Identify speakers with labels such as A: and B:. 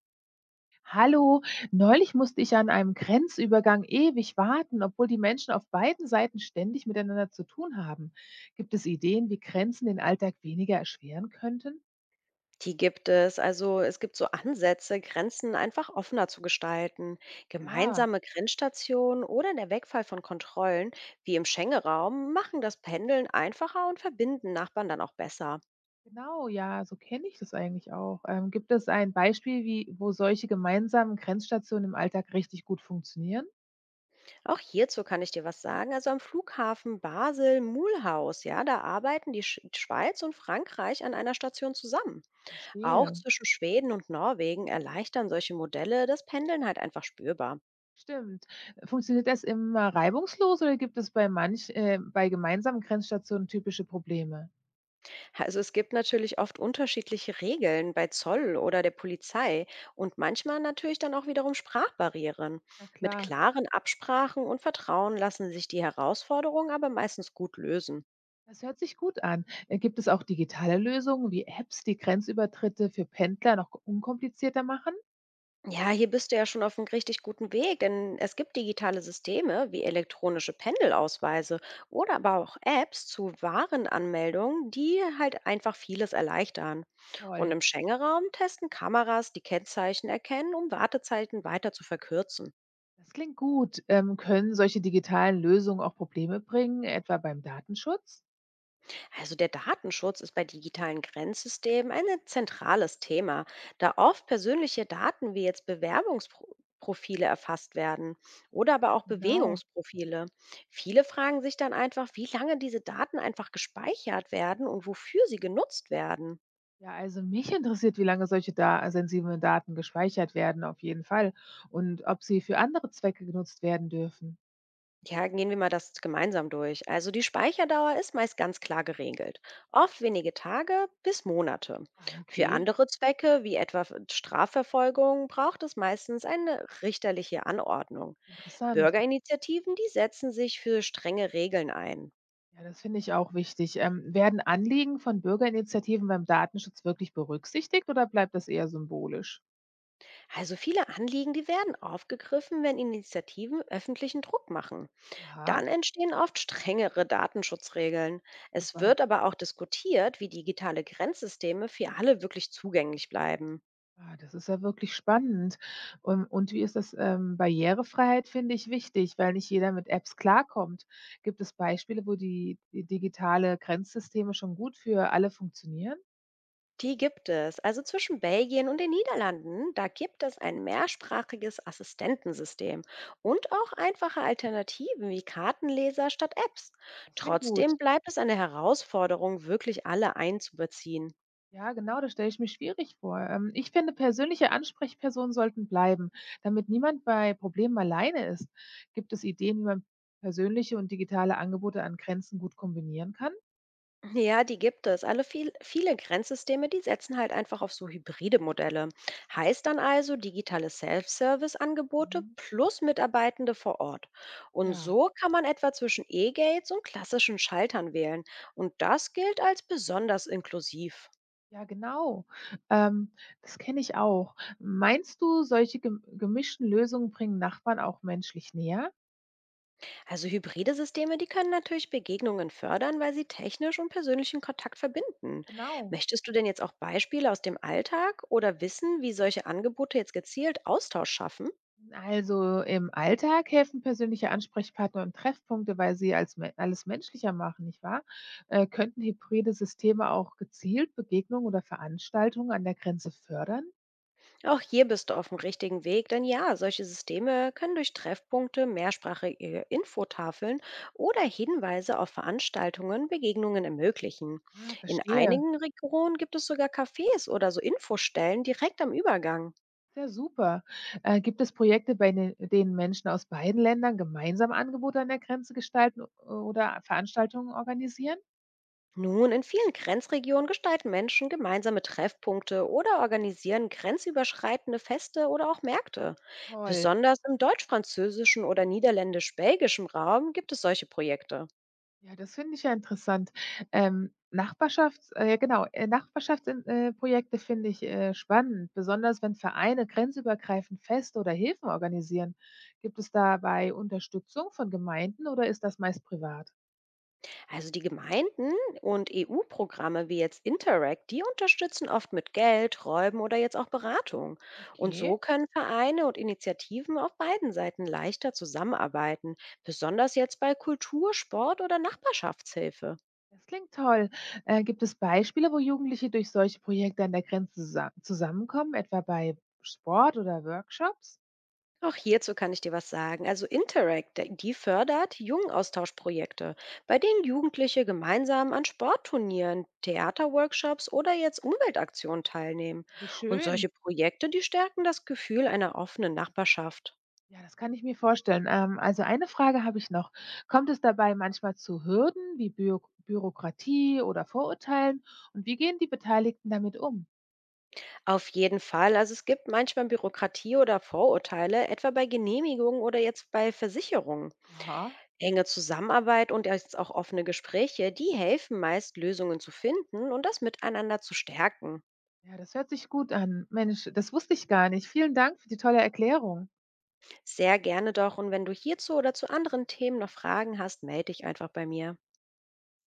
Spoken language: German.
A: Hallo, neulich musste ich an einem Grenzübergang ewig warten, obwohl die Menschen auf beiden Seiten ständig miteinander zu tun haben. Gibt es Ideen, wie Grenzen den Alltag weniger erschweren könnten?
B: Die gibt es. Also es gibt so Ansätze, Grenzen einfach offener zu gestalten.
A: Ah,
B: Gemeinsame Grenzstationen oder der Wegfall von Kontrollen, wie im Schengen-Raum, machen das Pendeln einfacher und verbinden Nachbarn dann auch besser.
A: genau, ja, so kenne ich das eigentlich auch. Gibt es ein Beispiel, wie, wo solche gemeinsamen Grenzstationen im Alltag richtig gut funktionieren?
B: Auch hierzu kann ich dir was sagen. Also am Flughafen Basel-Mulhouse, ja, da arbeiten die Schweiz und Frankreich an einer Station zusammen. Auch
A: Verstehe.
B: zwischen Schweden und Norwegen erleichtern solche Modelle das Pendeln halt einfach spürbar.
A: Stimmt. Funktioniert das immer reibungslos oder gibt es bei manch, bei gemeinsamen Grenzstationen typische Probleme?
B: Also es gibt natürlich oft unterschiedliche Regeln bei Zoll oder der Polizei und manchmal natürlich dann auch wiederum Sprachbarrieren.
A: Ja,
B: Mit
A: klar.
B: klaren Absprachen und Vertrauen lassen sich die Herausforderungen aber meistens gut lösen.
A: Das hört sich gut an. Gibt es auch digitale Lösungen wie Apps, die Grenzübertritte für Pendler noch unkomplizierter machen?
B: Ja, hier bist du ja schon auf einem richtig guten Weg, denn es gibt digitale Systeme wie elektronische Pendelausweise oder aber auch Apps zu Warenanmeldungen, die halt einfach vieles erleichtern. Und
A: Toll.
B: im Schengen-Raum testen Kameras die Kennzeichen erkennen, um Wartezeiten weiter zu verkürzen.
A: Das klingt gut. Können solche digitalen Lösungen auch Probleme bringen, etwa beim Datenschutz?
B: Also der Datenschutz ist bei digitalen Grenzsystemen ein zentrales Thema, da oft persönliche Daten wie jetzt Bewerbungsprofile erfasst werden oder aber auch
A: Genau.
B: Bewegungsprofile. Viele fragen sich dann einfach, wie lange diese Daten einfach gespeichert werden und wofür sie genutzt werden.
A: Ja, also mich interessiert, wie lange solche da sensiblen Daten gespeichert werden, auf jeden Fall. Und ob sie für andere Zwecke genutzt werden dürfen.
B: Ja, gehen wir mal das gemeinsam durch. Also die Speicherdauer ist meist ganz klar geregelt. Oft wenige Tage bis Monate.
A: Ah,
B: Für
A: okay.
B: andere Zwecke, wie etwa für Strafverfolgung, braucht es meistens eine richterliche Anordnung.
A: Interessant.
B: Bürgerinitiativen, die setzen sich für strenge Regeln ein.
A: Ja, das finde ich auch wichtig. Werden Anliegen von Bürgerinitiativen beim Datenschutz wirklich berücksichtigt oder bleibt das eher symbolisch?
B: Also viele Anliegen, die werden aufgegriffen, wenn Initiativen öffentlichen Druck machen.
A: Aha,
B: Dann entstehen oft strengere Datenschutzregeln. Es
A: super.
B: wird aber auch diskutiert, wie digitale Grenzsysteme für alle wirklich zugänglich bleiben.
A: Ah, das ist ja wirklich spannend. Und, wie ist das? Barrierefreiheit finde ich wichtig, weil nicht jeder mit Apps klarkommt. Gibt es Beispiele, wo die digitale Grenzsysteme schon gut für alle funktionieren?
B: Die gibt es. Also zwischen Belgien und den Niederlanden, da gibt es ein mehrsprachiges Assistentensystem und auch einfache Alternativen wie Kartenleser statt Apps.
A: Das klingt gut.
B: Trotzdem bleibt es eine Herausforderung, wirklich alle einzubeziehen.
A: Ja, genau, das stelle ich mir schwierig vor. Ich finde, persönliche Ansprechpersonen sollten bleiben, damit niemand bei Problemen alleine ist. Gibt es Ideen, wie man persönliche und digitale Angebote an Grenzen gut kombinieren kann?
B: Ja, die gibt es. Alle viele Grenzsysteme, die setzen halt einfach auf so hybride Modelle. Heißt dann also digitale Self-Service-Angebote
A: Mhm.
B: plus Mitarbeitende vor Ort. Und
A: Ja,
B: so kann man etwa zwischen E-Gates und klassischen Schaltern wählen. Und das gilt als besonders inklusiv.
A: ja, genau. Ähm, Das kenne ich auch. Meinst du, solche gemischten Lösungen bringen Nachbarn auch menschlich näher?
B: Also hybride Systeme, die können natürlich Begegnungen fördern, weil sie technisch und persönlichen Kontakt verbinden.
A: Genau.
B: Möchtest du denn jetzt auch Beispiele aus dem Alltag oder wissen, wie solche Angebote jetzt gezielt Austausch schaffen?
A: Also im Alltag helfen persönliche Ansprechpartner und Treffpunkte, weil sie als me alles menschlicher machen, nicht wahr? Könnten hybride Systeme auch gezielt Begegnungen oder Veranstaltungen an der Grenze fördern?
B: Auch hier bist du auf dem richtigen Weg, denn ja, solche Systeme können durch Treffpunkte, mehrsprachige Infotafeln oder Hinweise auf Veranstaltungen Begegnungen ermöglichen.
A: Ah,
B: In
A: verstehe.
B: einigen Regionen gibt es sogar Cafés oder so Infostellen direkt am Übergang.
A: Ja, super. Gibt es Projekte, bei denen Menschen aus beiden Ländern gemeinsam Angebote an der Grenze gestalten oder Veranstaltungen organisieren?
B: Nun, in vielen Grenzregionen gestalten Menschen gemeinsame Treffpunkte oder organisieren grenzüberschreitende Feste oder auch Märkte.
A: Toll.
B: Besonders im deutsch-französischen oder niederländisch-belgischen Raum gibt es solche Projekte.
A: Ja, das finde ich ja interessant. Nachbarschaftsprojekte Projekte finde ich, spannend, besonders wenn Vereine grenzübergreifend Feste oder Hilfen organisieren. Gibt es dabei Unterstützung von Gemeinden oder ist das meist privat?
B: Also die Gemeinden und EU-Programme wie jetzt Interact, die unterstützen oft mit Geld, Räumen oder jetzt auch Beratung. Und
A: Okay,
B: so können Vereine und Initiativen auf beiden Seiten leichter zusammenarbeiten, besonders jetzt bei Kultur, Sport oder Nachbarschaftshilfe.
A: das klingt toll. Gibt es Beispiele, wo Jugendliche durch solche Projekte an der Grenze zusammenkommen, etwa bei Sport oder Workshops?
B: Auch hierzu kann ich dir was sagen. Also Interact, die fördert Jungenaustauschprojekte, bei denen Jugendliche gemeinsam an Sportturnieren, Theaterworkshops oder jetzt Umweltaktionen teilnehmen.
A: Wie
B: Und solche
A: schön.
B: Projekte, die stärken das Gefühl einer offenen Nachbarschaft.
A: Ja, das kann ich mir vorstellen. Also eine Frage habe ich noch. Kommt es dabei manchmal zu Hürden wie Bürokratie oder Vorurteilen? Und wie gehen die Beteiligten damit um?
B: Auf jeden Fall. Also es gibt manchmal Bürokratie oder Vorurteile, etwa bei Genehmigungen oder jetzt bei Versicherungen.
A: Aha.
B: Enge Zusammenarbeit und jetzt auch offene Gespräche, die helfen meist, Lösungen zu finden und das miteinander zu stärken.
A: Ja, das hört sich gut an. Mensch, das wusste ich gar nicht. Vielen Dank für die tolle Erklärung.
B: Sehr gerne doch. Und wenn du hierzu oder zu anderen Themen noch Fragen hast, melde dich einfach bei mir.